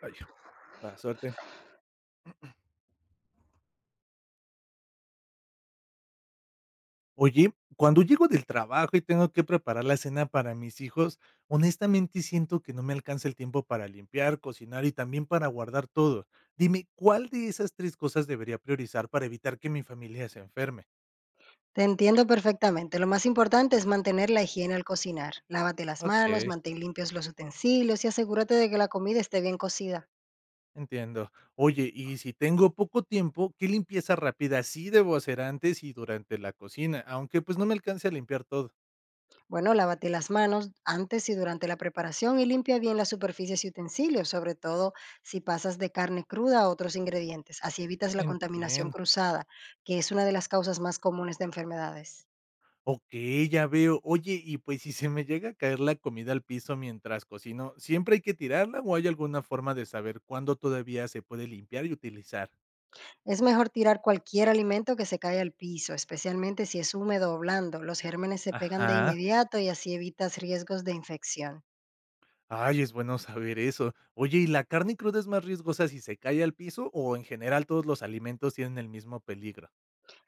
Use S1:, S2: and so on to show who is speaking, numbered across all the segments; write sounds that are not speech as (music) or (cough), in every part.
S1: Ay, mala suerte. Oye, cuando llego del trabajo y tengo que preparar la cena para mis hijos, honestamente siento que no me alcanza el tiempo para limpiar, cocinar y también para guardar todo. Dime, ¿cuál de esas tres cosas debería priorizar para evitar que mi familia se enferme?
S2: Te entiendo perfectamente. Lo más importante es mantener la higiene al cocinar. Lávate las manos,
S1: Ok,
S2: mantén limpios los utensilios y asegúrate de que la comida esté bien cocida.
S1: entiendo. Oye, y si tengo poco tiempo, ¿qué limpieza rápida sí debo hacer antes y durante la cocina? Aunque pues no me alcance a limpiar todo.
S2: Bueno, lávate las manos antes y durante la preparación y limpia bien las superficies y utensilios, sobre todo si pasas de carne cruda a otros ingredientes. Así evitas la contaminación
S1: Entiendo.
S2: cruzada, que es una de las causas más comunes de enfermedades.
S1: Ok, ya veo. Oye, y pues, si se me llega a caer la comida al piso mientras cocino, ¿siempre hay que tirarla o hay alguna forma de saber cuándo todavía se puede limpiar y utilizar?
S2: Es mejor tirar cualquier alimento que se cae al piso, especialmente si es húmedo o blando. Los gérmenes se pegan de
S1: Ajá.
S2: inmediato y así evitas riesgos de infección.
S1: Ay, es bueno saber eso. Oye, ¿y la carne cruda es más riesgosa si se cae al piso o en general todos los alimentos tienen el mismo peligro?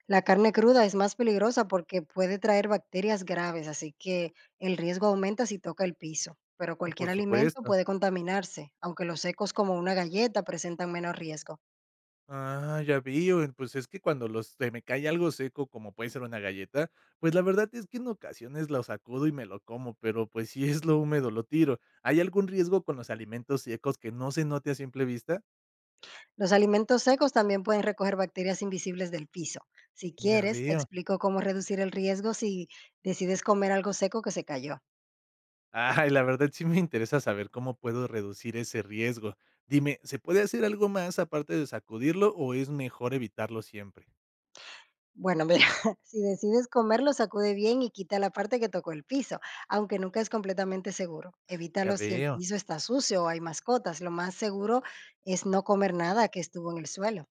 S2: La carne cruda es más peligrosa porque puede traer bacterias graves, así que el riesgo aumenta si toca el piso. Pero cualquier
S1: Por
S2: alimento
S1: supuesto.
S2: puede contaminarse, aunque los secos como una galleta presentan menos riesgo.
S1: Ah, ya veo. Pues es que cuando los se me cae algo seco, como puede ser una galleta, pues la verdad es que en ocasiones lo sacudo y me lo como, pero pues si es lo húmedo, lo tiro. ¿Hay algún riesgo con los alimentos secos que no se note a simple vista?
S2: Los alimentos secos también pueden recoger bacterias invisibles del piso. Si
S1: Ya
S2: quieres, te
S1: veo.
S2: explico cómo reducir el riesgo si decides comer algo seco que se cayó.
S1: Ay, la verdad sí me interesa saber cómo puedo reducir ese riesgo. Dime, ¿se puede hacer algo más aparte de sacudirlo o es mejor evitarlo siempre?
S2: Bueno, mira, (laughs) si decides comerlo, sacude bien y quita la parte que tocó el piso, aunque nunca es completamente seguro.
S1: Ya
S2: Evítalo si el
S1: veo.
S2: piso está sucio o hay mascotas. Lo más seguro es no comer nada que estuvo en el suelo,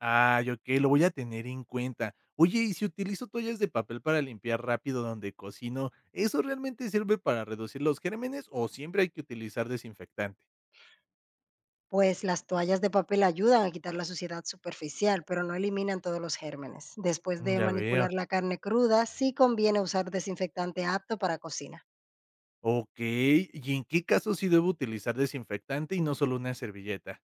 S1: Ay, okey, lo voy a tener en cuenta. Oye, y si utilizo toallas de papel para limpiar rápido donde cocino, ¿eso realmente sirve para reducir los gérmenes o siempre hay que utilizar desinfectante?
S2: pues las toallas de papel ayudan a quitar la suciedad superficial, pero no eliminan todos los gérmenes. Después
S1: Mm,
S2: de
S1: ya veo.
S2: manipular la carne cruda, sí conviene usar desinfectante apto para cocina.
S1: Okey, ¿y en qué casos sí debo utilizar desinfectante y no solo una servilleta?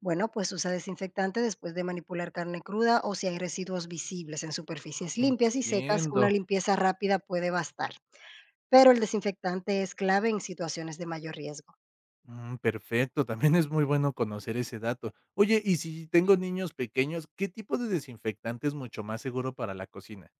S2: Bueno, pues usa desinfectante después de manipular carne cruda o si hay residuos visibles en superficies limpias y secas, una
S1: Entiendo.
S2: limpieza rápida puede bastar. Pero el desinfectante es clave en situaciones de mayor riesgo.
S1: Mm, perfecto, también es muy bueno conocer ese dato. Oye, y si tengo niños pequeños, ¿qué tipo de desinfectante es mucho más seguro para la cocina?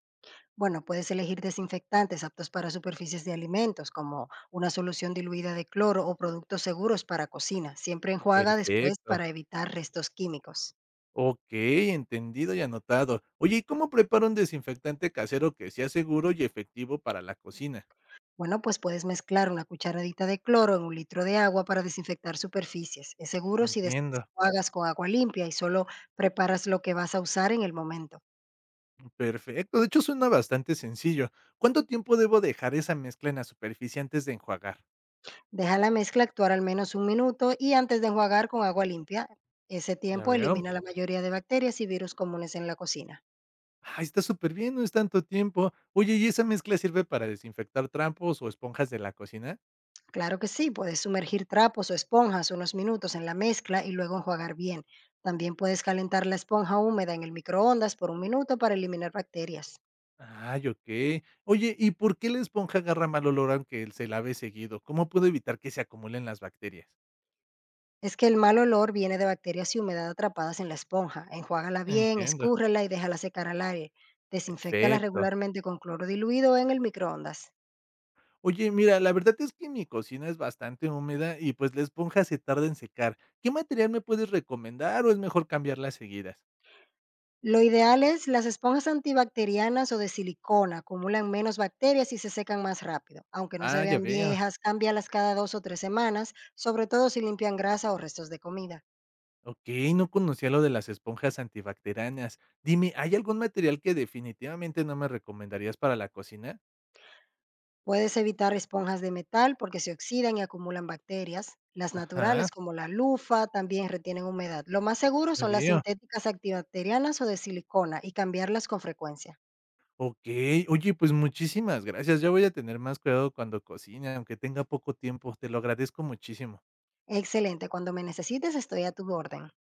S2: Bueno, puedes elegir desinfectantes aptos para superficies de alimentos, como una solución diluida de cloro o productos seguros para cocina. Siempre enjuaga después
S1: Perfecto.
S2: para evitar restos químicos.
S1: Okey, entendido y anotado. Oye, ¿y cómo preparo un desinfectante casero que sea seguro y efectivo para la cocina?
S2: Bueno, pues puedes mezclar una cucharadita de cloro en un litro de agua para desinfectar superficies. Es seguro si después
S1: Entiendo.
S2: lo hagas con agua limpia y solo preparas lo que vas a usar en el momento.
S1: Perfecto, de hecho, suena bastante sencillo. ¿Cuánto tiempo debo dejar esa mezcla en la superficie antes de enjuagar?
S2: Deja la mezcla actuar al menos un minuto y antes de enjuagar con agua limpia. Ese
S1: Ya
S2: tiempo
S1: veo.
S2: elimina la mayoría de bacterias y virus comunes en la cocina.
S1: Ah, está súper bien, no es tanto tiempo. Oye, ¿y esa mezcla sirve para desinfectar trampos o esponjas de la cocina?
S2: Claro que sí, puedes sumergir trapos o esponjas unos minutos en la mezcla y luego enjuagar bien. También puedes calentar la esponja húmeda en el microondas por un minuto para eliminar bacterias.
S1: Ay, okey. Oye, ¿y por qué la esponja agarra mal olor aunque se lave seguido? ¿Cómo puedo evitar que se acumulen las bacterias?
S2: Es que el mal olor viene de bacterias y humedad atrapadas en la esponja. Enjuágala bien,
S1: Entiendo.
S2: escúrrela y déjala secar al aire. Desinféctala
S1: Perfecto.
S2: regularmente con cloro diluido en el microondas.
S1: Oye, mira, la verdad es que mi cocina es bastante húmeda y pues la esponja se tarda en secar. ¿Qué material me puedes recomendar o es mejor cambiarlas seguidas?
S2: Lo ideal es las esponjas antibacterianas o de silicona, acumulan menos bacterias y se secan más rápido. Aunque no se
S1: Ah, ya
S2: vean
S1: veo.
S2: viejas, cámbialas cada dos o tres semanas, sobre todo si limpian grasa o restos de comida.
S1: Ok, no conocía lo de las esponjas antibacterianas. Dime, ¿hay algún material que definitivamente no me recomendarías para la cocina?
S2: Puedes evitar esponjas de metal porque se oxidan y acumulan bacterias. Las
S1: Ajá,
S2: naturales como la lufa también retienen humedad. Lo más seguro
S1: ya
S2: son las
S1: veo.
S2: sintéticas antibacterianas o de silicona y cambiarlas con frecuencia.
S1: Ok, oye, pues muchísimas gracias. Ya voy a tener más cuidado cuando cocine, aunque tenga poco tiempo. Te lo agradezco muchísimo.
S2: Excelente, cuando me necesites estoy a tu orden.